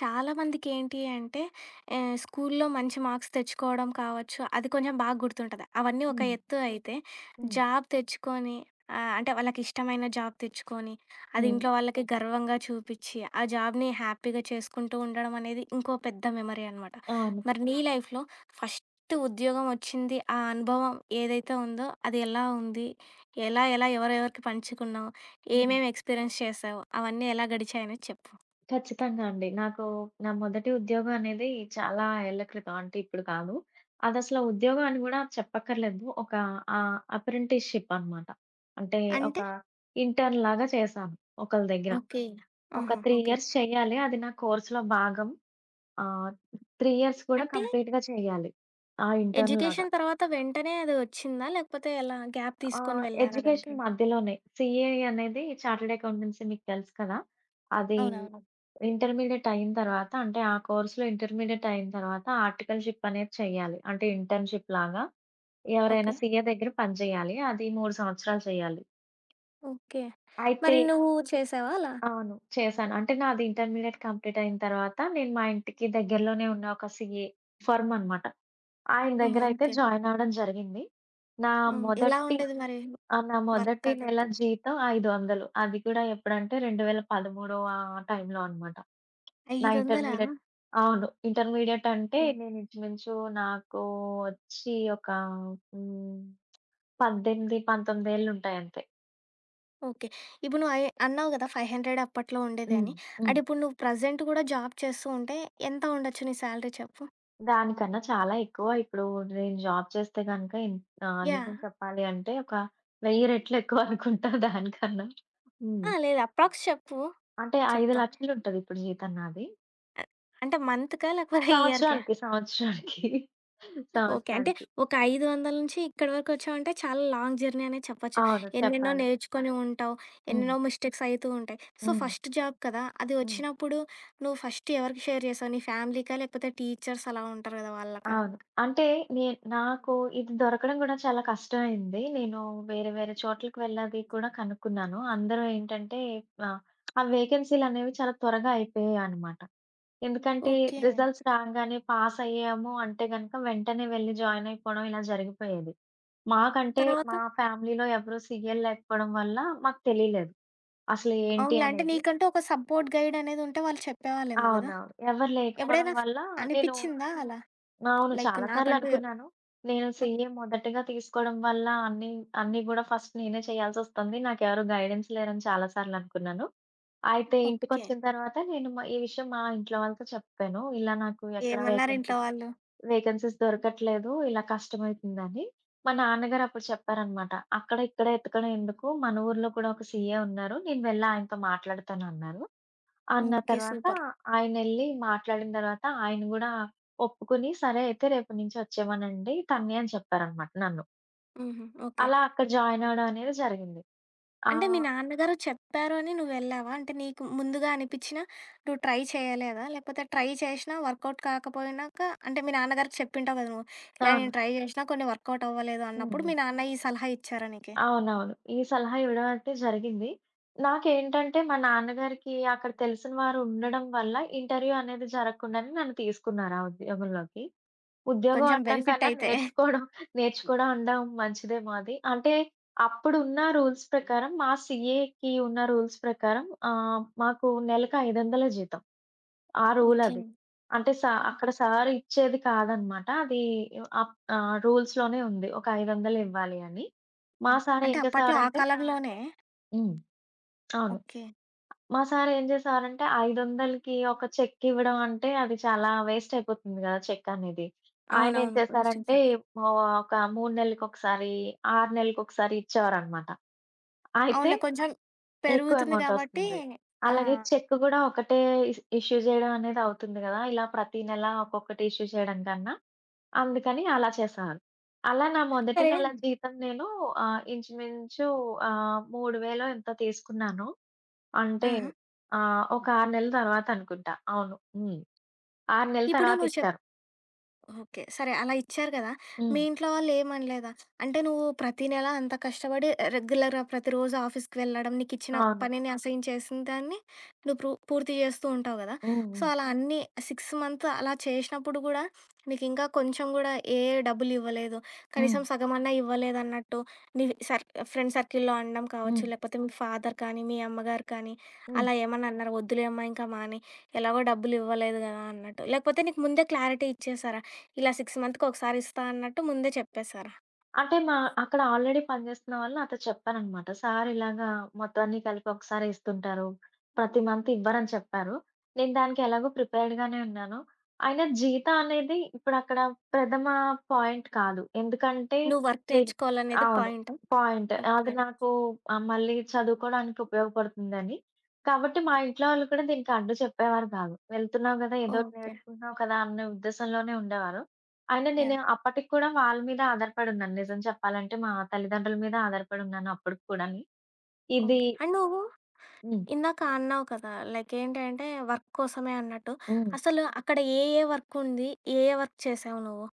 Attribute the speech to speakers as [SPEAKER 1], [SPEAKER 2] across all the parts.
[SPEAKER 1] చాలా మందికేంటి అంటే స్కూల్లో మంచి మార్క్స్ తెచ్చుకోవడం కావచ్చు, అది కొంచెం బాగా గుర్తుంటది. అవన్నీ ఒక
[SPEAKER 2] హ్మ్.
[SPEAKER 1] ఎత్తు అయితే,
[SPEAKER 2] హ్మ్.
[SPEAKER 1] జాబ్ తెచ్చుకొని అంటే వాళ్ళకిష్టమైన జాబ్ తెచ్చుకొని, అది
[SPEAKER 2] హ్మ్.
[SPEAKER 1] ఇంట్లో వాళ్ళకి గర్వంగా చూపిచ్చి, ఆ జాబ్‌ని హ్యాపీగా చేసుకుంటూ ఉండడం అనేది ఇంకో పెద్ద మెమరీ అనమాట.
[SPEAKER 2] అవును.
[SPEAKER 1] మరి నీ లైఫ్‌లో ఫస్ట్ ఉద్యోగం వచ్చింది, ఆ అనుభవం ఏదైతే ఉందో అది ఎలా ఉంది? ఎలా ఎలా ఎవరెవరికి పంచుకున్నావు?
[SPEAKER 2] హ్మ్.
[SPEAKER 1] ఏమేమి ఎక్స్‌పీరియన్స్ చేశావు? అవన్నీ ఎలా గడిచాయనేది చెప్పు.
[SPEAKER 2] ఖచ్చితంగా అండి. నాకు నా మొదటి ఉద్యోగం అనేది చాలా ఏళ్ల క్రితం. అంటే ఇప్పుడు కాదు. అదసల ఉద్యోగం అని గూడా చెప్పక్కర్లేదు. ఒక అప్రెంటిస్‌షిప్ అనమాట. అంటే ఒక
[SPEAKER 1] అంటే
[SPEAKER 2] ఇంటర్న్ లాగా చేశాను ఒకళ్ళ దగ్గర.
[SPEAKER 1] ఓకే.
[SPEAKER 2] ఒక
[SPEAKER 1] ఆహా,
[SPEAKER 2] 3
[SPEAKER 1] ఓకే.
[SPEAKER 2] ఇయర్స్ చేయాలి. అది నా కోర్స్‌లో భాగం. ఆహ్, 3 ఇయర్స్ కూడా
[SPEAKER 1] అంటే
[SPEAKER 2] కంప్లీట్‌గా చేయాలి. ఆ ఇంటర్న్ లాగా.
[SPEAKER 1] ఎడ్యుకేషన్ తర్వాత వెంటనే అది వచ్చిందా? లేకపోతే ఎలా గ్యాప్
[SPEAKER 2] ఆ!
[SPEAKER 1] తీసుకొని వెళ్లారా
[SPEAKER 2] ఎడ్యుకేషన్
[SPEAKER 1] దానికి?
[SPEAKER 2] మధ్యలోనే. సీఏ అనేది చార్టర్డ్ అకౌంటెన్సీ మీకు తెలుసు కదా! అది
[SPEAKER 1] అవునవును.
[SPEAKER 2] ఇంటర్మీడియేట్ అయిన తర్వాత అంటే ఆ కోర్స్‌లో ఇంటర్మీడియేట్ అయిన తర్వాత ఆర్టికల్‌షిప్ అనేది చేయాలి. అంటే ఇంటర్న్‌షిప్ లాగా ఎవరైనా
[SPEAKER 1] ఓకే.
[SPEAKER 2] సీఏ దగ్గర పని చేయాలి. అది 3 సంవత్సరాలు చేయాలి.
[SPEAKER 1] ఓకే.
[SPEAKER 2] అయితే
[SPEAKER 1] మరి నువ్వు చేసావా అలా?
[SPEAKER 2] అవును. చేశాను. అంటే నాది ఇంటర్మీడియేట్ కంప్లీట్ అయిన తర్వాత నేను మా ఇంటికి దగ్గరలోనే ఉన్న ఒక సీఏ ఫర్మ్ అనమాట. ఆయన
[SPEAKER 1] హుహు.
[SPEAKER 2] దగ్గర అయితే
[SPEAKER 1] ఓకే.
[SPEAKER 2] జాయిన్ అవ్వడం జరిగింది. నా
[SPEAKER 1] హ్మ్. ఎలా
[SPEAKER 2] మొదటి
[SPEAKER 1] ఉండేది మరి
[SPEAKER 2] ఆ! నా మొదటి
[SPEAKER 1] వర్క్
[SPEAKER 2] నెల
[SPEAKER 1] అదంతా?
[SPEAKER 2] జీతం 500. అది కూడా ఎప్పుడంటే 2013 ఆ టైంలో అనమాట. నా
[SPEAKER 1] 500. హ్మ్.
[SPEAKER 2] ఇంటర్మీడియేట్ అవును. ఇంటర్మీడియేట్ అంటే
[SPEAKER 1] ఓకే.
[SPEAKER 2] నేను ఇంచుమించు నాకు వచ్చి ఒక హ్మ్, 18, 19 ఏళ్లుంటాయంతే.
[SPEAKER 1] ఓకే. ఇప్పుడు నువ్వు అయి అన్నావు కదా, 500 అప్పట్లో ఉండేది
[SPEAKER 2] హ్మ్.
[SPEAKER 1] అని.
[SPEAKER 2] హ్మ్.
[SPEAKER 1] అండ్ ఇప్పుడు నువ్వు ప్రెజెంట్ కూడా జాబ్ చేస్తూ ఉంటే ఎంత ఉండొచ్చు నీ సాలరీ చెప్పు?
[SPEAKER 2] దానికన్నా చాలా ఎక్కువ. ఇప్పుడు నేను జాబ్ చేస్తే గనుక
[SPEAKER 1] యాహ్!
[SPEAKER 2] నిజం చెప్పాలి అంటే ఒక 1000 రెట్లు ఎక్కువ అనుకుంటా దానికన్నా. హ్మ్.
[SPEAKER 1] ఆ, లేదు అప్రాక్స్ చెప్పు.
[SPEAKER 2] అంటే
[SPEAKER 1] చెప్తా.
[SPEAKER 2] 5,00,000 ఉంటది ఇప్పుడు జీతం నాది.
[SPEAKER 1] అ- అంటే మంత్‌కా లేకపోతే ఇయర్‌కా?
[SPEAKER 2] సంవత్సరానికి, సంవత్సరానికి.
[SPEAKER 1] ఓకే. అంటే
[SPEAKER 2] సంవత్సరానికి.
[SPEAKER 1] ఒక 500 నుంచి ఇక్కడి వరకొచ్చావంటే చాలా లాంగ్ జర్నీ అనే చెప్పచ్చు.
[SPEAKER 2] అవును.
[SPEAKER 1] ఎన్నెన్నో
[SPEAKER 2] చెప్పాలి.
[SPEAKER 1] నేర్చుకొని ఉంటావు.
[SPEAKER 2] హ్మ్.
[SPEAKER 1] ఎన్నెన్నో మిస్టేక్స్ అయితూ ఉంటాయి. సో,
[SPEAKER 2] హ్మ్.
[SPEAKER 1] ఫస్ట్ జాబ్ కదా, అది
[SPEAKER 2] హ్మ్.
[SPEAKER 1] వచ్చినప్పుడు నువ్వు ఫస్ట్ ఎవరికి షేర్ చేసావు? నీ ఫ్యామిలీకా? లేకపోతే టీచర్స్ అలా ఉంటారు కదా, వాళ్ళకా?
[SPEAKER 2] అవును. అంటే నే నాకు ఇది దొరకడం గూడా చాలా కష్టమైంది. నేను వేరే వేరే చోట్లకి వెళ్ళాలి కూడా కనుక్కున్నాను. అందరూ ఏంటంటే ఆహ్, ఆ వేకెన్సీలనేవి చాలా త్వరగా అయిపోయాయనమాట. ఎందుకంటే
[SPEAKER 1] ఓకే.
[SPEAKER 2] రిజల్ట్స్ రాంగానే పాస్ అయ్యాము అంటే గనక వెంటనే వెళ్లి జాయిన్ అయిపోవడం ఇలా జరిగిపోయేది. మాకంటే
[SPEAKER 1] తర్వాత?
[SPEAKER 2] మా ఫ్యామిలీలో ఎవరు సీఎల్ లేకపోవడం వల్ల మాకు తెలియలేదు. అసలు ఏంటి
[SPEAKER 1] అవునులే. అంటే
[SPEAKER 2] అనేది.
[SPEAKER 1] నీకంటూ ఒక సపోర్ట్ గైడ్ అనేది ఉంటే వాళ్ళు చెప్పేవాళ్ళేమో గదా.
[SPEAKER 2] అవునవును. ఎవరు లేకపోవడం
[SPEAKER 1] ఎప్పుడైనా
[SPEAKER 2] వల్ల నేను
[SPEAKER 1] అనిపిచ్చిందా అలా?
[SPEAKER 2] అవును.
[SPEAKER 1] లైక్
[SPEAKER 2] చాలా
[SPEAKER 1] నాకంటూ
[SPEAKER 2] సార్లనుకున్నాను. నేను
[SPEAKER 1] హ్మ్.
[SPEAKER 2] సీఏ మొదటగా తీసుకోవడం వల్ల అన్నీ గూడా ఫస్ట్ నేనే చేయాల్సొస్తుంది. నాకెవరు గైడెన్స్ లేరని చాలా సార్లనుకున్నాను. అయితే
[SPEAKER 1] ఓకే.
[SPEAKER 2] ఇంటికొచ్చిన తర్వాత నేను ఈ విషయం మా ఇంట్లో వాళ్ళతో చెప్పాను. ఇలా నాకు ఎక్కడ
[SPEAKER 1] ఏమన్నారు ఇంట్లో
[SPEAKER 2] వేకెన్సీస్
[SPEAKER 1] వాళ్ళు?
[SPEAKER 2] వేకెన్సీస్ దొరకట్లేదు. ఇలా కష్టమవుతుందని. మా నాన్నగారు అప్పుడు చెప్పారనమాట. "అక్కడ ఇక్కడ ఎతకడం ఎందుకు? మన ఊర్లో కూడా ఒక సీఏ ఉన్నారు. నేను వెళ్ళి ఆయనతో మాట్లాడతాను" అన్నారు. అన్న
[SPEAKER 1] ఓకే.
[SPEAKER 2] తర్వాత
[SPEAKER 1] సూపర్.
[SPEAKER 2] ఆయనెళ్ళి మాట్లాడిన తర్వాత ఆయన గూడా ఒప్పుకొని, సరే అయితే రేపటి నుంచి వచ్చేయమనండి తన్ని అని చెప్పారనమాట నన్ను.
[SPEAKER 1] హుహు. ఓకే.
[SPEAKER 2] అలా అక్కడ జాయిన్ అవ్వడం అనేది జరిగింది.
[SPEAKER 1] అంటే మీ
[SPEAKER 2] ఆహ్,
[SPEAKER 1] నాన్నగారు చెప్పారు అని నువ్వెళ్ళావా? అంటే నీకు ముందుగా అనిపిచ్చినా నువ్వు ట్రై చేయలేదా? లేకపోతే ట్రై చేషినా వర్కౌట్ కాకపోయినాక అంటే మీ నాన్నగారికి చెప్పింటావు గదా నువ్వు. ఇలా
[SPEAKER 2] అవును.
[SPEAKER 1] నేను ట్రై జేషినా కొన్ని వర్కౌట్ అవ్వలేదు
[SPEAKER 2] హ్మ్.
[SPEAKER 1] అన్నప్పుడు
[SPEAKER 2] హ్మ్.
[SPEAKER 1] మీ నాన్న ఈ సలహా ఇచ్చారా నీకి?
[SPEAKER 2] అవునవును. ఈ సలహా ఇవ్వడం అయితే జరిగింది. నాకేంటంటే మా నాన్నగారికి అక్కడ తెలిసిన వారు ఉండడం వల్ల ఇంటర్వ్యూ అనేది జరగకుండానే నన్ను తీసుకున్నారు ఆ ఉద్యోగంలోకి. ఉద్యోగం
[SPEAKER 1] కొంచెం
[SPEAKER 2] అనడం
[SPEAKER 1] బెనిఫిట్
[SPEAKER 2] కన్నా
[SPEAKER 1] అయితే.
[SPEAKER 2] నేర్చుకోవడం నేర్చుకోవడం అనడం మంచిదేమో అది. అంటే అప్పుడున్న రూల్స్ ప్రకారం మా సీఏకి ఉన్న రూల్స్ ప్రకారం మాకు నెలకు 500 జీతం. ఆ రూల్
[SPEAKER 1] ఓకే.
[SPEAKER 2] అది. అంటే అక్కడ
[SPEAKER 1] హ్మ్.
[SPEAKER 2] సార్ ఇచ్చేది కాదనమాట. అది రూల్స్‌లోనే ఉంది. ఒక 500 ఇవ్వాలి అని. మా
[SPEAKER 1] హ్మ్.
[SPEAKER 2] సార్ ఏం
[SPEAKER 1] అంటే అప్పట్లో ఆ
[SPEAKER 2] చేసేవారంటే
[SPEAKER 1] కాలంలోనే
[SPEAKER 2] హ్మ్. అవును.
[SPEAKER 1] ఓకే.
[SPEAKER 2] మా సారేం జేసేవారంటే, 500కి ఒక చెక్ ఇవ్వడం అంటే, అది చాలా వేస్ట్ అయిపోతుంది గదా! చెక్ అనేది. ఆయనేం
[SPEAKER 1] అవునవును. రోస్టింగ్
[SPEAKER 2] చేశారంటే,
[SPEAKER 1] సోడా.
[SPEAKER 2] ఓ ఒక 3 నెలలకొకసారి, 6 నెలలకొకసారి ఇచ్చేవారనమాట. అయితే
[SPEAKER 1] అవునులే కొంచెం
[SPEAKER 2] ఎక్కువ
[SPEAKER 1] పెరుగుతుంది
[SPEAKER 2] అమౌంట్
[SPEAKER 1] గాబట్టి
[SPEAKER 2] ఒస్తుంది.
[SPEAKER 1] ఆ!
[SPEAKER 2] అలాగే చెక్ గూడా ఒకటే ఇష్యూ జేయడం అనేది అవుతుంది గదా! ఇలా ప్రతి నెల ఒక్కొక్కటి ఇష్యూ చేయడం కన్నా, అందుకని అలా చేసేవారు. అలా నా మొదటి
[SPEAKER 1] సరే
[SPEAKER 2] నెల జీతం నేను ఇంచుమించు 3000 ఎంతో తీసుకున్నాను. అంటే
[SPEAKER 1] ఆహా!
[SPEAKER 2] ఒక 6 నెలల తర్వాత అనుకుంటా. అవును. హ్మ్. 6 నెలల
[SPEAKER 1] ఇప్పుడు
[SPEAKER 2] తర్వాత
[SPEAKER 1] నువ్వు చెప్
[SPEAKER 2] ఇచ్చారు.
[SPEAKER 1] ఓకే. సరే అలా ఇచ్చారు కదా! మీ
[SPEAKER 2] హ్మ్.
[SPEAKER 1] ఇంట్లో వాళ్ళేమనలేదా? అంటే నువ్వు ప్రతి నెల అంత కష్టపడి రెగ్యులర్‌గా ప్రతిరోజు ఆఫీస్‌కి వెళ్ళడం, నీకిచ్చిన
[SPEAKER 2] అవును.
[SPEAKER 1] పనిని అసైన్ చేసిన దాన్ని నువ్వు పూర్తి చేస్తూ ఉంటావు కదా.
[SPEAKER 2] హ్మ్.
[SPEAKER 1] సో,
[SPEAKER 2] హ్మ్.
[SPEAKER 1] అలా అన్నీ 6 మంత్స్ అలా చేసినప్పుడు కూడా నీకింకా కొంచెం కూడా ఏ డబ్బులివ్వలేదు.
[SPEAKER 2] హ్మ్.
[SPEAKER 1] కనీసం సగమన్నా ఇవ్వలేదన్నట్టు నీ సర్ ఫ్రెండ్ సర్కిల్‌లో అనడం
[SPEAKER 2] హ్మ్.
[SPEAKER 1] కావచ్చు, లేకపోతే మీ ఫాదర్ కానీ, మీ అమ్మగారు కానీ
[SPEAKER 2] హ్మ్.
[SPEAKER 1] అలా ఏమన్నా అన్నారా? "వద్దులేమ్మా, ఇంకా మానేయి. ఎలాగో డబ్బులివ్వలేదు కదా!" అన్నట్టు. లేకపోతే నీకు ముందే క్లారిటీ ఇచ్చేసారా? ఇలా 6 మంత్‌కి ఒకసారి ఇస్తా అన్నట్టు ముందే చెప్పేసారా?
[SPEAKER 2] అంటే అక్కడ ఆల్రెడీ పనిచేస్తున్న వాళ్ళు నాతో చెప్పారనమాట. సార్ ఇలాగా మొత్తం అన్నీ కలిపి ఒకసారే ఇస్తుంటారు. ప్రతి మంత్ ఇవ్వరని చెప్పారు. నేను దానికి ఎలాగో ప్రిపేర్డ్ గానే ఉన్నాను. అయినా జీతం అనేది ఇప్పుడక్కడ ప్రథమ పాయింట్ కాదు. ఎందుకంటే
[SPEAKER 1] నువ్వు వర్క్
[SPEAKER 2] నేను
[SPEAKER 1] నేర్చుకోవాలనేది
[SPEAKER 2] అవును.
[SPEAKER 1] పాయింట్.
[SPEAKER 2] పాయింట్.
[SPEAKER 1] ఓకే.
[SPEAKER 2] అది నాకు మళ్ళీ చదువుకోవడానికి ఉపయోగపడుతుందని. కాబట్టి మా ఇంట్లో వాళ్ళు కూడా దీనికి అడ్డు చెప్పేవారు కాదు. వెళ్తున్నావు గదా! ఏదో ఒకటి
[SPEAKER 1] ఓకే.
[SPEAKER 2] నేర్చుకుంటున్నావు కదా! అన్న ఉద్దేశంలోనే ఉండేవారు. అయినా
[SPEAKER 1] యాహ్!
[SPEAKER 2] నేను అప్పటికి కూడా వాళ్ళ మీద ఆధారపడున్నాను. నిజం చెప్పాలంటే మా తల్లిదండ్రుల మీద ఆధారపడున్నాను అప్పటికి కూడాని. ఇది
[SPEAKER 1] ఓకే. అండ్ నువ్వు
[SPEAKER 2] హ్మ్.
[SPEAKER 1] ఇందాక అన్నావు కదా, లైక్ ఏంటంటే వర్క్ కోసమే అన్నట్టు.
[SPEAKER 2] హ్మ్.
[SPEAKER 1] అసలు అక్కడ ఏ ఏ వర్క్ ఉంది? ఏ ఏ వర్క్ చేసావు నువ్వు?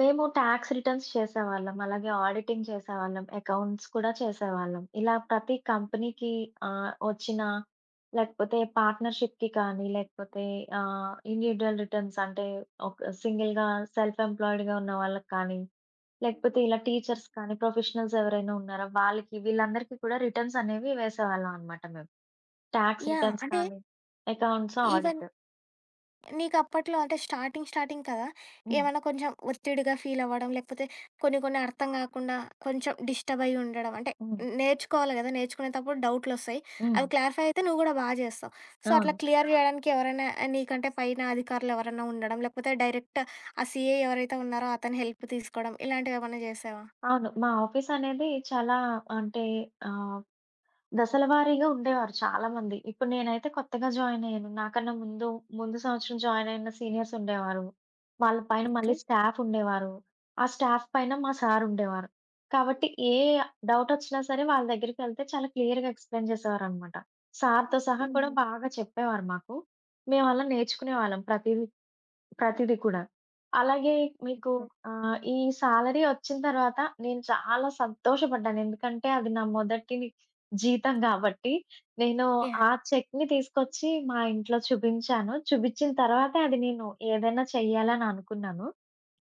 [SPEAKER 2] మేము టాక్స్ రిటర్న్స్ చేసేవాళ్ళం. అలాగే ఆడిటింగ్ చేసేవాళ్ళం. అకౌంట్స్ కూడా చేసేవాళ్ళం. ఇలా ప్రతి కంపెనీకి వచ్చిన లేకపోతే పార్ట్నర్‌షిప్‌కి కానీ, లేకపోతే ఇండివిడ్యుయల్ రిటర్న్స్ అంటే ఒక సింగిల్‌గా సెల్ఫ్ ఎంప్లాయిడ్‌గా ఉన్న వాళ్ళకి కానీ, లేకపోతే ఇలా టీచర్స్ కానీ, ప్రొఫెషనల్స్ ఎవరైనా ఉన్నారో వాళ్ళకి వీళ్ళందరికీ కూడా రిటర్న్స్ అనేవి వేసేవాళ్ళం అన్నమాట మేము. Talks
[SPEAKER 1] yeah!
[SPEAKER 2] రిటర్న్స్
[SPEAKER 1] అంటే
[SPEAKER 2] కానీ, అకౌంట్స్,
[SPEAKER 1] ఈవెన్
[SPEAKER 2] ఆడిట్.
[SPEAKER 1] నీకప్పట్లో అంటే స్టార్టింగ్ కదా,
[SPEAKER 2] హ్మ్.
[SPEAKER 1] ఏమన్నా కొంచెం ఒత్తిడిగా ఫీలవ్వడం, లేకపోతే కొన్ని కొన్ని అర్థం గాకుండా కొంచెం డిస్టర్బ్ అయ్యి ఉండడం. అంటే
[SPEAKER 2] హ్మ్.
[SPEAKER 1] నేర్చుకోవాలి గదా, నేర్చుకునేటప్పుడు డౌట్‌లొస్తాయి.
[SPEAKER 2] హ్మ్.
[SPEAKER 1] అవి క్లారిఫై అయితే నువ్వు గూడా బా జేస్తావు. సో,
[SPEAKER 2] అవును.
[SPEAKER 1] అట్లా క్లియర్ జేయడానికి ఎవరైనా నీకంటే పైన అధికారులెవరన్నా ఉండడం, లేకపోతే డైరెక్ట్ ఆ సీఏ ఎవరైతే ఉన్నారో అతని హెల్ప్ తీసుకోవడం, ఇలాంటివేమన్నా జేశావా?
[SPEAKER 2] అవును. మా ఆఫీస్ అనేది చాలా అంటే ఆహ్, దశల వారీగా ఉండేవారు చాలామంది. ఇప్పుడు నేనైతే కొత్తగా జాయిన్ అయ్యాను. నాకన్నా ముందు సంవత్సరం జాయిన్ అయిన సీనియర్స్ ఉండేవారు. వాళ్ళ పైన
[SPEAKER 1] ఓకే.
[SPEAKER 2] మళ్ళీ స్టాఫ్ ఉండేవారు. ఆ స్టాఫ్ పైన మా సార్ ఉండేవారు. కాబట్టి ఏ డౌట్ వచ్చినా సరే వాళ్ళ దగ్గరికెళ్తే చాలా క్లియర్‌గా ఎక్స్‌ప్లెయిన్ చేసేవారనమాట. సార్‌తో సహా కూడా
[SPEAKER 1] హ్మ్.
[SPEAKER 2] బాగా చెప్పేవారు మాకు. మేమలా నేర్చుకునేవాళ్ళం ప్రతీదీ ప్రతిది కూడా. అలాగే మీకు ఈ సాలరీ వచ్చిన తర్వాత నేను చాలా సంతోషపడ్డాను. ఎందుకంటే అది నా మొదటి జీతం గాబట్టి. నేను
[SPEAKER 1] యాహ్!
[SPEAKER 2] ఆ చెక్‌ని తీసుకొచ్చి మా ఇంట్లో చూపించాను. చూపించిన తర్వాతే అది నేను ఏదైనా చెయ్యాలని అనుకున్నాను.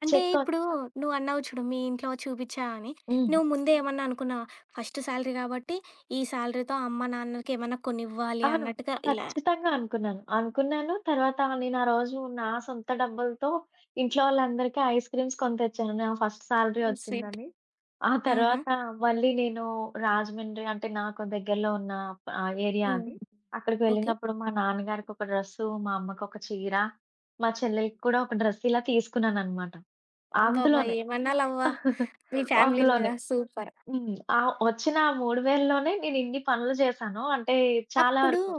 [SPEAKER 1] అంటే
[SPEAKER 2] చెక్ ఒ
[SPEAKER 1] ఇప్పుడు నువ్వన్నావు చూడు, మీ ఇంట్లో చూపిచ్చా అని.
[SPEAKER 2] హ్మ్.
[SPEAKER 1] నువ్వు ముందే ఏమన్నా అనుకున్నావా? ఫస్ట్ సాలరీ గాబట్టి, ఈ సాలరీతో అమ్మ, నాన్నలకి ఏమన్నా కొనివ్వాలి
[SPEAKER 2] అవును.
[SPEAKER 1] అన్నట్టుగా ఇలా
[SPEAKER 2] ఖచ్చితంగా అనుకున్నాను. అనుకున్నాను. తర్వాత నేను ఆ రోజు నా సొంత డబ్బులతో ఇంట్లో వాళ్ళందరికీ ఐస్ క్రీమ్స్ కొని తెచ్చాను. నా ఫస్ట్ సాలరీ
[SPEAKER 1] స్వీట్
[SPEAKER 2] వచ్చిందని. ఆ
[SPEAKER 1] ఆహా!
[SPEAKER 2] తర్వాత మళ్ళీ నేను రాజమండ్రి అంటే నాకు దగ్గరలో ఉన్న ఏరియా
[SPEAKER 1] హ్మ్.
[SPEAKER 2] అది. అక్కడికి
[SPEAKER 1] ఓకే.
[SPEAKER 2] వెళ్ళినప్పుడు మా నాన్నగారికి ఒక డ్రెస్సు, మా అమ్మకి ఒక చీర, మా చెల్లెలికి కూడా ఒక డ్రెస్ ఇలా తీసుకున్నాననమాట.
[SPEAKER 1] అబ్బబ్బా!
[SPEAKER 2] అందులోనే.
[SPEAKER 1] ఏమన్నా లవ్వా మీ ఫ్యామిలీ మీద.
[SPEAKER 2] అందులోనే.
[SPEAKER 1] సూపర్.
[SPEAKER 2] హ్మ్. ఆ వచ్చిన ఆ 3000లోనే నేను ఇన్ని పనులు చేశాను. అంటే చాలా
[SPEAKER 1] అప్పుడు
[SPEAKER 2] వరకు.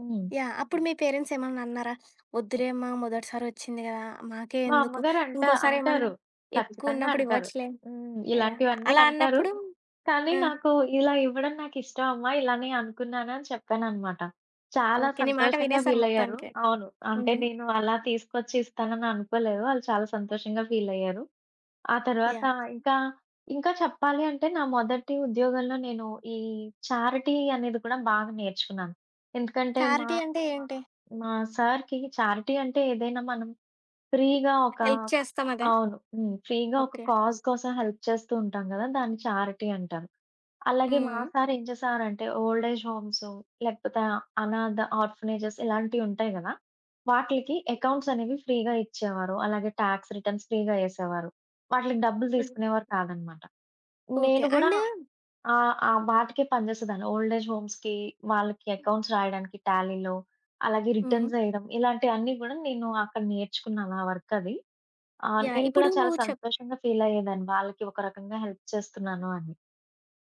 [SPEAKER 2] హ్మ్.
[SPEAKER 1] యాహ్! అప్పుడు మీ పేరెంట్స్ ఏమన్నా అన్నారా? "వద్దులే అమ్మా, మొదటిసారి వచ్చింది గదా. మాకే
[SPEAKER 2] మా
[SPEAKER 1] ఎందుకు?
[SPEAKER 2] అమ్మగారు అంట
[SPEAKER 1] ఇంకోసారి ఏమన్నా
[SPEAKER 2] అంటారు. ఖచ్చితంగా
[SPEAKER 1] ఎక్కువున్నప్పుడు
[SPEAKER 2] అంటారు.
[SPEAKER 1] ఇవ్వచ్చులే."
[SPEAKER 2] హ్మ్.
[SPEAKER 1] యాహ్!
[SPEAKER 2] ఇలాంటివన్నీ
[SPEAKER 1] అలా
[SPEAKER 2] అంటారు.
[SPEAKER 1] అన్నప్పుడు
[SPEAKER 2] కానీ
[SPEAKER 1] ఆ!
[SPEAKER 2] నాకు ఇలా ఇవ్వడం నాకిష్టం అమ్మా. ఇలానే అనుకున్నాను అని చెప్పాననమాట. చాలా
[SPEAKER 1] ఓకే. నీ మాట
[SPEAKER 2] సంతోషంగా
[SPEAKER 1] వినేసారు
[SPEAKER 2] ఫీలయ్యారు.
[SPEAKER 1] మొత్తానికి.
[SPEAKER 2] అవును. అంటే
[SPEAKER 1] హుహు.
[SPEAKER 2] నేను అలా తీసుకొచ్చి ఇస్తానని అనుకోలేదు. వాళ్ళు చాలా సంతోషంగా ఫీలయ్యారు. ఆ తర్వాత
[SPEAKER 1] యాహ్!
[SPEAKER 2] ఇంకా, ఇంకా చెప్పాలి అంటే నా మొదటి ఉద్యోగంలో నేను ఈ చారిటీ అనేది కూడా బాగా నేర్చుకున్నాను. ఎందుకంటే మా
[SPEAKER 1] చారిటీ అంటే ఏంటి?
[SPEAKER 2] మా సార్‌కి చారిటీ అంటే ఏదైనా మనం ఫ్రీగా ఒక
[SPEAKER 1] హెల్ప్ చేస్తాం అదా?
[SPEAKER 2] అవును. హ్మ్. ఫ్రీగా ఒక
[SPEAKER 1] ఓకే.
[SPEAKER 2] కాజ్ కోసం హెల్ప్ చేస్తూ ఉంటాం గదా! దాన్ని చారిటీ అంటారు. అలాగే మా
[SPEAKER 1] హ్మ్.
[SPEAKER 2] సార్ ఏం చేసేవారంటే ఓల్డ్ ఏజ్ హోమ్స్ లేకపోతే అనాథ ఆర్ఫనేజెస్ ఇలాంటివి ఉంటాయి గదా! వాటిలికి అకౌంట్స్ అనేవి ఫ్రీగా ఇచ్చేవారు. అలాగే టాక్స్ రిటర్న్స్ ఫ్రీగా ఏసేవారు. వాటిలికి డబ్బులు తీసుకునేవారు కాదనమాట.
[SPEAKER 1] ఓకే.
[SPEAKER 2] నేను గూడా
[SPEAKER 1] అండ్
[SPEAKER 2] ఆహ్, ఆహ్, వాటికే పనిజేసేదాన్ని. ఓల్డ్ ఏజ్ హోమ్స్‌కి వాళ్ళకి అకౌంట్స్ రాయడానికి టాలీలో అలాగే
[SPEAKER 1] హుహు.
[SPEAKER 2] రిటర్న్స్ ఏయడం ఇలాంటియన్నీ గూడా నేను అక్కడ నేర్చుకున్నాను. ఆ వర్క్ అది. ఆ!
[SPEAKER 1] యాహ్!
[SPEAKER 2] నేను కూడా
[SPEAKER 1] ఇప్పుడు
[SPEAKER 2] చాలా
[SPEAKER 1] నువ్వు చెప్
[SPEAKER 2] సంతోషంగా ఫీలయ్యేదాన్ని. వాళ్ళకి ఒక రకంగా హెల్ప్ చేస్తున్నాను అని.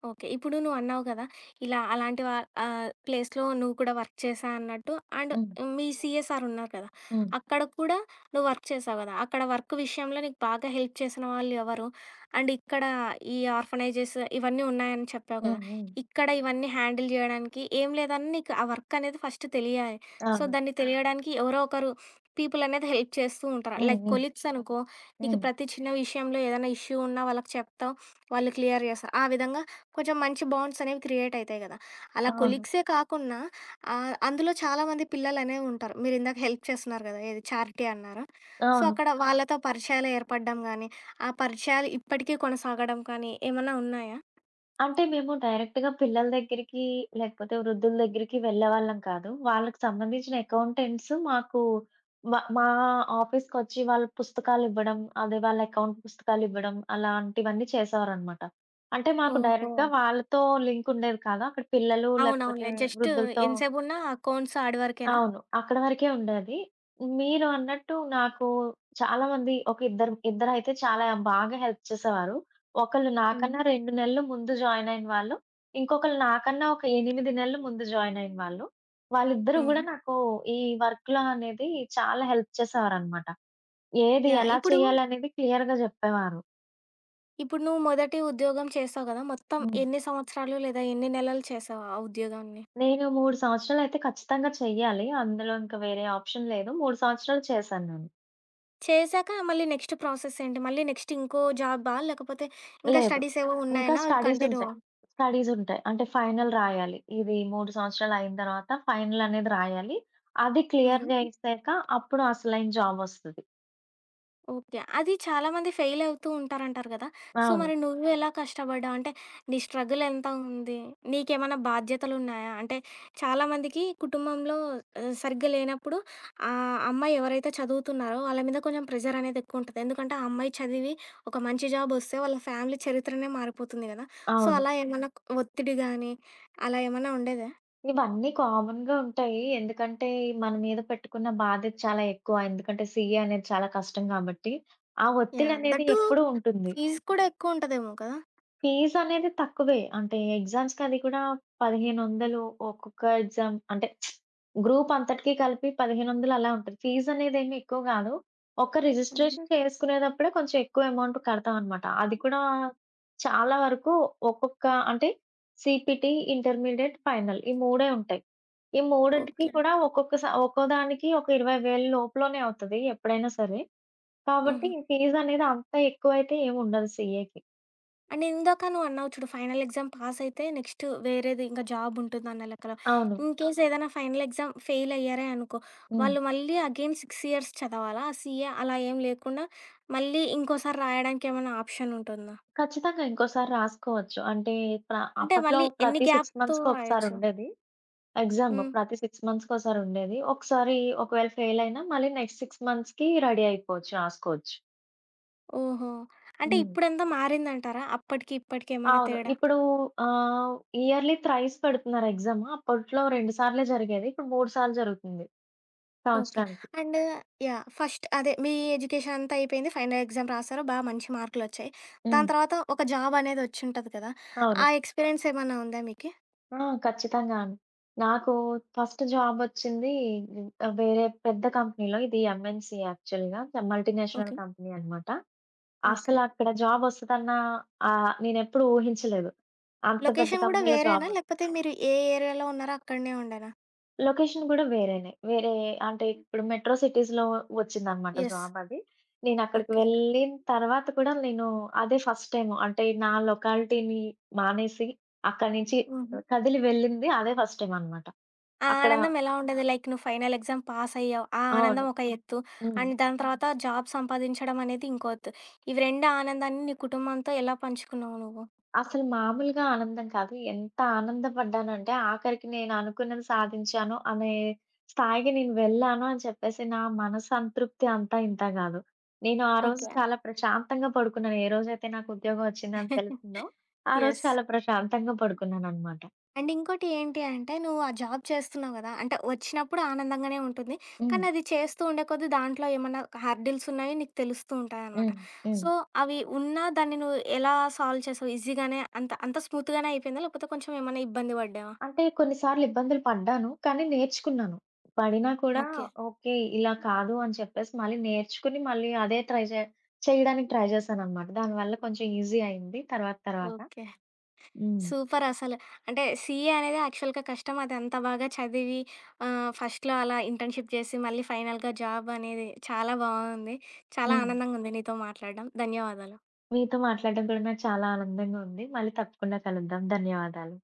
[SPEAKER 1] ఓకే. ఇప్పుడు నువ్వన్నావు కదా, ఇలా అలాంటి ప్లేస్‌లో నువ్వు కూడా వర్క్ చేశా అన్నట్టు. అండ్
[SPEAKER 2] హ్మ్.
[SPEAKER 1] మీ సీఎస్ఆర్ ఉన్నారు కదా,
[SPEAKER 2] హ్మ్.
[SPEAKER 1] అక్కడ కూడా నువ్వు వర్క్ చేశావు కదా. అక్కడ వర్క్ విషయంలో నీకు బాగా హెల్ప్ చేసిన వాళ్ళు ఎవరు? అండ్ ఇక్కడ ఈ ఆర్ఫనైజెస్ ఇవన్నీ ఉన్నాయని చెప్పావు కదా,
[SPEAKER 2] హ్మ్. హ్మ్.
[SPEAKER 1] ఇక్కడ ఇవన్నీ హ్యాండిల్ జేయడానికి ఏం లేదని నీకు ఆ వర్క్ అనేది ఫస్ట్ తెలియాలి. సో,
[SPEAKER 2] అవును.
[SPEAKER 1] దాన్ని తెలియడానికి ఎవరో ఒకరు పీపుల్ అనేది హెల్ప్ చేస్తూ ఉంటారు.
[SPEAKER 2] హ్మ్.
[SPEAKER 1] లైక్
[SPEAKER 2] హ్మ్.
[SPEAKER 1] కొలీగ్స్ అనుకో, నీకు
[SPEAKER 2] హ్మ్.
[SPEAKER 1] ప్రతి చిన్న విషయంలో ఏదైనా ఇష్యూ ఉన్నా వాళ్ళకి చెప్తావు. వాళ్ళు క్లియర్ జేస్తారు. ఆ విధంగా కొంచెం మంచి బాండ్స్ అనేవి క్రియేట్ అయితాయి కదా. అలా
[SPEAKER 2] అవును.
[SPEAKER 1] కొలీగ్సే కాకున్నా అందులో చాలామంది పిల్లలనేవి ఉంటారు. మీరిందాక హెల్ప్ చేస్తున్నారు కదా, ఏది చారిటీ అన్నారు. సో,
[SPEAKER 2] అవును.
[SPEAKER 1] అక్కడ వాళ్ళతో పరిచయాలు ఏర్పడడం గానీ, ఆ పరిచయాలు ఇప్పటికీ కొనసాగడం కానీ ఏమన్నా ఉన్నాయా?
[SPEAKER 2] అంటే మేము డైరెక్ట్‌గా పిల్లల దగ్గరికి, లేకపోతే వృద్ధుల దగ్గరికి వెళ్ళేవాళ్ళం కాదు. వాళ్ళకి సంబంధించిన అకౌంటెంట్స్ మాకు మా మా ఆఫీస్‌కొచ్చి వాళ్ళ పుస్తకాలివ్వడం, అదే వాళ్ళ అకౌంట్ పుస్తకాలివ్వడం అలాంటివన్నీ చేసేవారనమాట. అంటే మాకు
[SPEAKER 1] ఓహో!
[SPEAKER 2] డైరెక్ట్‌గా వాళ్ళతో లింక్ ఉండేది కాదు. అక్కడ పిల్లలు లేకపోతే
[SPEAKER 1] అవునవునులే. జస్ట్
[SPEAKER 2] వృద్ధులతో
[SPEAKER 1] ఎంతసేపున్నా అకౌంట్స్ ఆడి వరకేనా?
[SPEAKER 2] అవును. అక్కడ వరకే ఉండేది. మీరు అన్నట్టు నాకు చాలామంది ఒక ఇద్దరైతే చాలా బాగా హెల్ప్ చేసేవారు. ఒకళ్ళు నాకన్నా
[SPEAKER 1] హ్మ్.
[SPEAKER 2] 2 నెలలు ముందు జాయిన్ అయిన వాళ్ళు. ఇంకొకళ్ళు నాకన్నా ఒక 8 నెలలు ముందు జాయిన్ అయిన వాళ్ళు. వాళ్ళిద్దరూ గూడా
[SPEAKER 1] హుహు.
[SPEAKER 2] నాకు ఈ వర్క్‌లో అనేది చాలా హెల్ప్ చేసేవారనమాట. ఏది
[SPEAKER 1] యాహ్!
[SPEAKER 2] ఎలా చేయాలనేది క్లియర్‌గా జెప్పేవారు.
[SPEAKER 1] ఇప్పుడు నువ్వు మొదటి ఉద్యోగం చేసావు కదా, మొత్తం
[SPEAKER 2] హ్మ్.
[SPEAKER 1] ఎన్ని సంవత్సరాలు లేదా ఎన్ని నెలలు చేసావు ఆ ఉద్యోగాన్ని?
[SPEAKER 2] నేను 3 సంవత్సరాలయితే ఖచ్చితంగా చెయ్యాలి. అందులో ఇంకా వేరే ఆప్షన్ లేదు. 3 సంవత్సరాలు చేశాను నేను.
[SPEAKER 1] చేశాక మళ్ళీ నెక్స్ట్ ప్రాసెస్ ఏంటి? మళ్ళీ నెక్స్ట్ ఇంకో జాబా? లేకపోతే ఇంకా
[SPEAKER 2] లేదు.
[SPEAKER 1] స్టడీస్ ఏవో
[SPEAKER 2] ఇంకా
[SPEAKER 1] ఉన్నాయనా? అవి
[SPEAKER 2] స్టడీసుంటాయి.
[SPEAKER 1] కంటిన్యూవా?
[SPEAKER 2] స్టడీసుంటాయి. అంటే ఫైనల్ రాయాలి. ఇది 3 సంవత్సరాలయిన తర్వాత ఫైనల్ అనేది రాయాలి. అది క్లియర్
[SPEAKER 1] హుహు.
[SPEAKER 2] జేసాక అప్పుడు అసలైన జాబొస్తది.
[SPEAKER 1] ఓకే. అది చాలామంది ఫెయిల్ అవుతూ ఉంటారంటారు కదా. సో,
[SPEAKER 2] అవును.
[SPEAKER 1] మరి నువ్వు ఎలా కష్టపడ్డావు? అంటే నీ స్ట్రగుల్ ఎంత ఉంది? నీకేమన్నా బాధ్యతలున్నాయా? అంటే చాలామందికి కుటుంబంలో సరిగ్గా లేనప్పుడు ఆ అమ్మాయి ఎవరైతే చదువుతున్నారో వాళ్ళ మీద కొంచెం ప్రెషర్ అనేది ఎక్కువుంటది. ఎందుకంటే ఆ అమ్మాయి చదివి ఒక మంచి జాబ్ వస్తే వాళ్ళ ఫ్యామిలీ చరిత్రనే మారిపోతుంది గదా. సో,
[SPEAKER 2] అవును.
[SPEAKER 1] అలా ఏమన్నా ఒత్తిడి గానీ అలా ఏమన్నా ఉండేదా?
[SPEAKER 2] ఇవన్నీ కామన్‌గా ఉంటాయి. ఎందుకంటే మన మీద పెట్టుకున్న బాధ్యత చాలా ఎక్కువ. ఎందుకంటే సీఏ అనేది చాలా కష్టం గాబట్టి. ఆ
[SPEAKER 1] యాహ్!
[SPEAKER 2] ఒత్తిడనేది
[SPEAKER 1] దట్ టూ
[SPEAKER 2] ఎప్పుడూ ఉంటుంది.
[SPEAKER 1] ఫీజ్ కూడా ఎక్కువ ఉంటదేమో కదా.
[SPEAKER 2] ఫీజనేది తక్కువే. అంటే ఎగ్జామ్స్‌కది కూడా 1500 ఒక్కొక్క ఎగ్జామ్ అంటే గ్రూప్ అంతటికి కలిపి 1500 అలా ఉంటది. ఫీజనేదేమి ఎక్కువ గాదు. ఒక్క
[SPEAKER 1] హుహు.
[SPEAKER 2] రిజిస్ట్రేషన్ చేసుకునేటప్పుడే కొంచెం ఎక్కువ అమౌంట్ కడతామనమాట. అది కూడా చాలా వరకు ఒక్కొక్క అంటే సీపీటీ, ఇంటర్మీడియేట్, ఫైనల్ ఈ 3 ఉంటాయి. ఈ మూడిటికి
[SPEAKER 1] ఓకే.
[SPEAKER 2] కూడా ఒక్కొక్క స ఒక్కో దానికి ఒక 20,000 లోపులోనే అవుతది ఎప్పుడైనా సరే. కాబట్టి
[SPEAKER 1] హుహు.
[SPEAKER 2] ఫీజనేది అంత ఎక్కువైతే ఏముండదు సీఏకి.
[SPEAKER 1] అండ్ ఇందాక నువ్వు అన్నావు చూడు ఫైనల్ ఎగ్జామ్ పాస్ అయితే నెక్స్ట్ వేరేది ఇంకా జాబ్ ఉంటుంది అన్న లెక్కలో.
[SPEAKER 2] అవును.
[SPEAKER 1] ఇన్ కేస్ ఏదైనా ఫైనల్ ఎగ్జామ్ ఫెయిల్ అయ్యారే అనుకో,
[SPEAKER 2] హ్మ్.
[SPEAKER 1] వాళ్ళు మళ్ళీ అగైన్ 6 ఇయర్స్ చదవాలా? సీఏ అలా ఏం లేకుండా మళ్ళీ ఇంకోసారి రాయడానికి ఏమైనా ఆప్షన్ ఉంటుందా?
[SPEAKER 2] ఖచ్చితంగా ఇంకోసారి రాసుకోవచ్చు. అంటే ప్ర
[SPEAKER 1] అంటే
[SPEAKER 2] అప్పట్లో
[SPEAKER 1] మళ్ళీ ఎన్ని
[SPEAKER 2] ప్రతి 6
[SPEAKER 1] గ్యాప్‌తో
[SPEAKER 2] మంత్స్‌కి ఒకసారి
[SPEAKER 1] రాయొచ్చు?
[SPEAKER 2] ఉండేది. ఎగ్జామ్
[SPEAKER 1] హ్మ్.
[SPEAKER 2] ప్రతి 6 మంత్స్‌కోసారి ఉండేది. ఒకసారి ఒకవేళ ఫెయిల్ అయినా మళ్ళీ నెక్స్ట్ 6 మంత్స్‌కి రెడీ అయిపోవచ్చు. రాసుకోవచ్చు.
[SPEAKER 1] ఓహో! అంటే
[SPEAKER 2] హ్మ్.
[SPEAKER 1] ఇప్పుడంతా మారిందంటారా? అప్పటికి ఇప్పటికి ఏమన్నా
[SPEAKER 2] అవును.
[SPEAKER 1] తేడా?
[SPEAKER 2] ఇప్పుడు ఆహ్, ఇయర్‌లీ థ్రైస్ పెడుతున్నారు ఎగ్జామ్. అప్పట్లో 2 సార్లే జరిగేది. ఇప్పుడు 3 సార్లు జరుగుతుంది
[SPEAKER 1] ఓకే.
[SPEAKER 2] సంవత్సరానికి.
[SPEAKER 1] And yeah! ఫస్ట్ అదే మీ ఎడ్యుకేషన్ అంతా అయిపోయింది. ఫైనల్ ఎగ్జామ్ రాసారు. బా మంచి మార్కులొచ్చాయి.
[SPEAKER 2] హ్మ్.
[SPEAKER 1] దాని తర్వాత ఒక జాబ్ అనేదొచ్చుంటది కదా.
[SPEAKER 2] అవును.
[SPEAKER 1] ఆ ఎక్స్‌పీరియన్స్ ఏమన్నా ఉందా మీకి?
[SPEAKER 2] ఆ! ఖచ్చితంగా అండి. నాకు ఫస్ట్ జాబ్ వచ్చింది ఉమ్, వేరే పెద్ద కంపెనీలో. ఇది ఎంఎన్‌సీ యాక్చువల్‌గా మల్టీనేషనల్
[SPEAKER 1] ఓకే.
[SPEAKER 2] కంపెనీ అన్నమాట.
[SPEAKER 1] ఓకే.
[SPEAKER 2] అసలక్కడ జాబొస్తదన్న నేనెప్పుడు ఊహించలేదు. అంత పెద్ద
[SPEAKER 1] లొకేషన్ గూడా
[SPEAKER 2] కంపెనీలో
[SPEAKER 1] వేరేనా?
[SPEAKER 2] జాబొస్తది.
[SPEAKER 1] లేకపోతే మీరు ఏ ఏరియాలో ఉన్నారో అక్కడనే ఉండేనా?
[SPEAKER 2] లొకేషన్ గూడా వేరేనే. వేరే అంటే ఇప్పుడు మెట్రో సిటీస్‌లో వచ్చిందనమాట
[SPEAKER 1] యెస్.
[SPEAKER 2] జాబది. నేనక్కడికి
[SPEAKER 1] ఓకే.
[SPEAKER 2] వెళ్ళిన తర్వాత కూడా నేను అదే ఫస్ట్ టైము. అంటే నా లొకాలిటీని మానేసి అక్కడి నుంచి
[SPEAKER 1] హుహు.
[SPEAKER 2] కదిలి వెళ్ళింది అదే ఫస్ట్ టైమనమాట.
[SPEAKER 1] ఆ
[SPEAKER 2] అక్కడ
[SPEAKER 1] ఆనందం ఎలా ఉండేది? లైక్ నువ్వు ఫైనల్ ఎగ్జామ్ పాస్ అయ్యావు. ఆ ఆనందం
[SPEAKER 2] అవును.
[SPEAKER 1] ఒక ఎత్తు.
[SPEAKER 2] హ్మ్.
[SPEAKER 1] అండ్ దాని తర్వాత జాబ్ సంపాదించడం అనేది ఇంకో ఎత్తు. ఇవి 2 ఆనందాన్ని నీ కుటుంబంతో ఎలా పంచుకున్నావు నువ్వు?
[SPEAKER 2] అసలు మామూలుగా ఆనందం కాదు. ఎంత ఆనందపడ్డానంటే, ఆఖరికి నేను అనుకున్నది సాధించాను అనే స్థాయికి నేను వెళ్ళాను అని చెప్పేసి, నా మనసంతృప్తి అంతా ఇంతా గాదు. నేను ఆ రోజు
[SPEAKER 1] ఓకే.
[SPEAKER 2] చాలా ప్రశాంతంగా పడుకున్నాను. ఏ రోజైతే నాకు ఉద్యోగం వచ్చిందని తెలిసిందో, ఆ రోజు
[SPEAKER 1] యెస్.
[SPEAKER 2] చాలా ప్రశాంతంగా పడుకున్నాననమాట.
[SPEAKER 1] అండ్ ఇంకోటి ఏంటి అంటే, నువ్వు ఆ జాబ్ చేస్తున్నావు గదా. అంటే వచ్చినప్పుడు ఆనందంగానే ఉంటుంది.
[SPEAKER 2] హ్మ్.
[SPEAKER 1] కానీ అది చేస్తూ ఉండే కొద్దీ దాంట్లో ఏమన్నా హర్డిల్స్ ఉన్నాయో నీకు తెలుస్తూ ఉంటాయనమాట.
[SPEAKER 2] హ్మ్. హ్మ్.
[SPEAKER 1] సో, అవి ఉన్నా దాన్ని నువ్వు ఎలా సాల్వ్ చేసావు? ఈజీగానే అంత అంత స్మూత్‌గానే అయిపోయిందా? లేకపోతే కొంచెం ఏమన్నా ఇబ్బంది పడ్డావా?
[SPEAKER 2] అంటే కొన్నిసార్లు ఇబ్బందులు పడ్డాను. కానీ నేర్చుకున్నాను. పడినా కూడా
[SPEAKER 1] ఓకే.
[SPEAKER 2] ఓకే. ఇలా కాదు అని చెప్పేసి మళ్ళీ నేర్చుకుని మళ్ళీ అదే ట్రై చేయడానికి ట్రై చేశాననమాట. దానివల్ల కొంచెం ఈజీ అయింది తర్వాత తర్వాత.
[SPEAKER 1] ఓకే.
[SPEAKER 2] హ్మ్.
[SPEAKER 1] సూపర్ అసలు. అంటే సీఏ అనేది యాక్చువల్‌గా కష్టం. అది అంత బాగా చదివి ఫస్ట్‌లో అలా ఇంటర్న్‌షిప్ చేసి మళ్ళీ ఫైనల్‌గా జాబ్ అనేది చాలా బావుంది. చాలా
[SPEAKER 2] హ్మ్.
[SPEAKER 1] ఆనందంగుంది నీతో మాట్లాడడం. ధన్యవాదాలు.
[SPEAKER 2] మీతో మాట్లాడడం కూడా నాకు చాలా ఆనందంగా ఉంది. మళ్ళీ తప్పకుండా కలుద్దాం. ధన్యవాదాలు.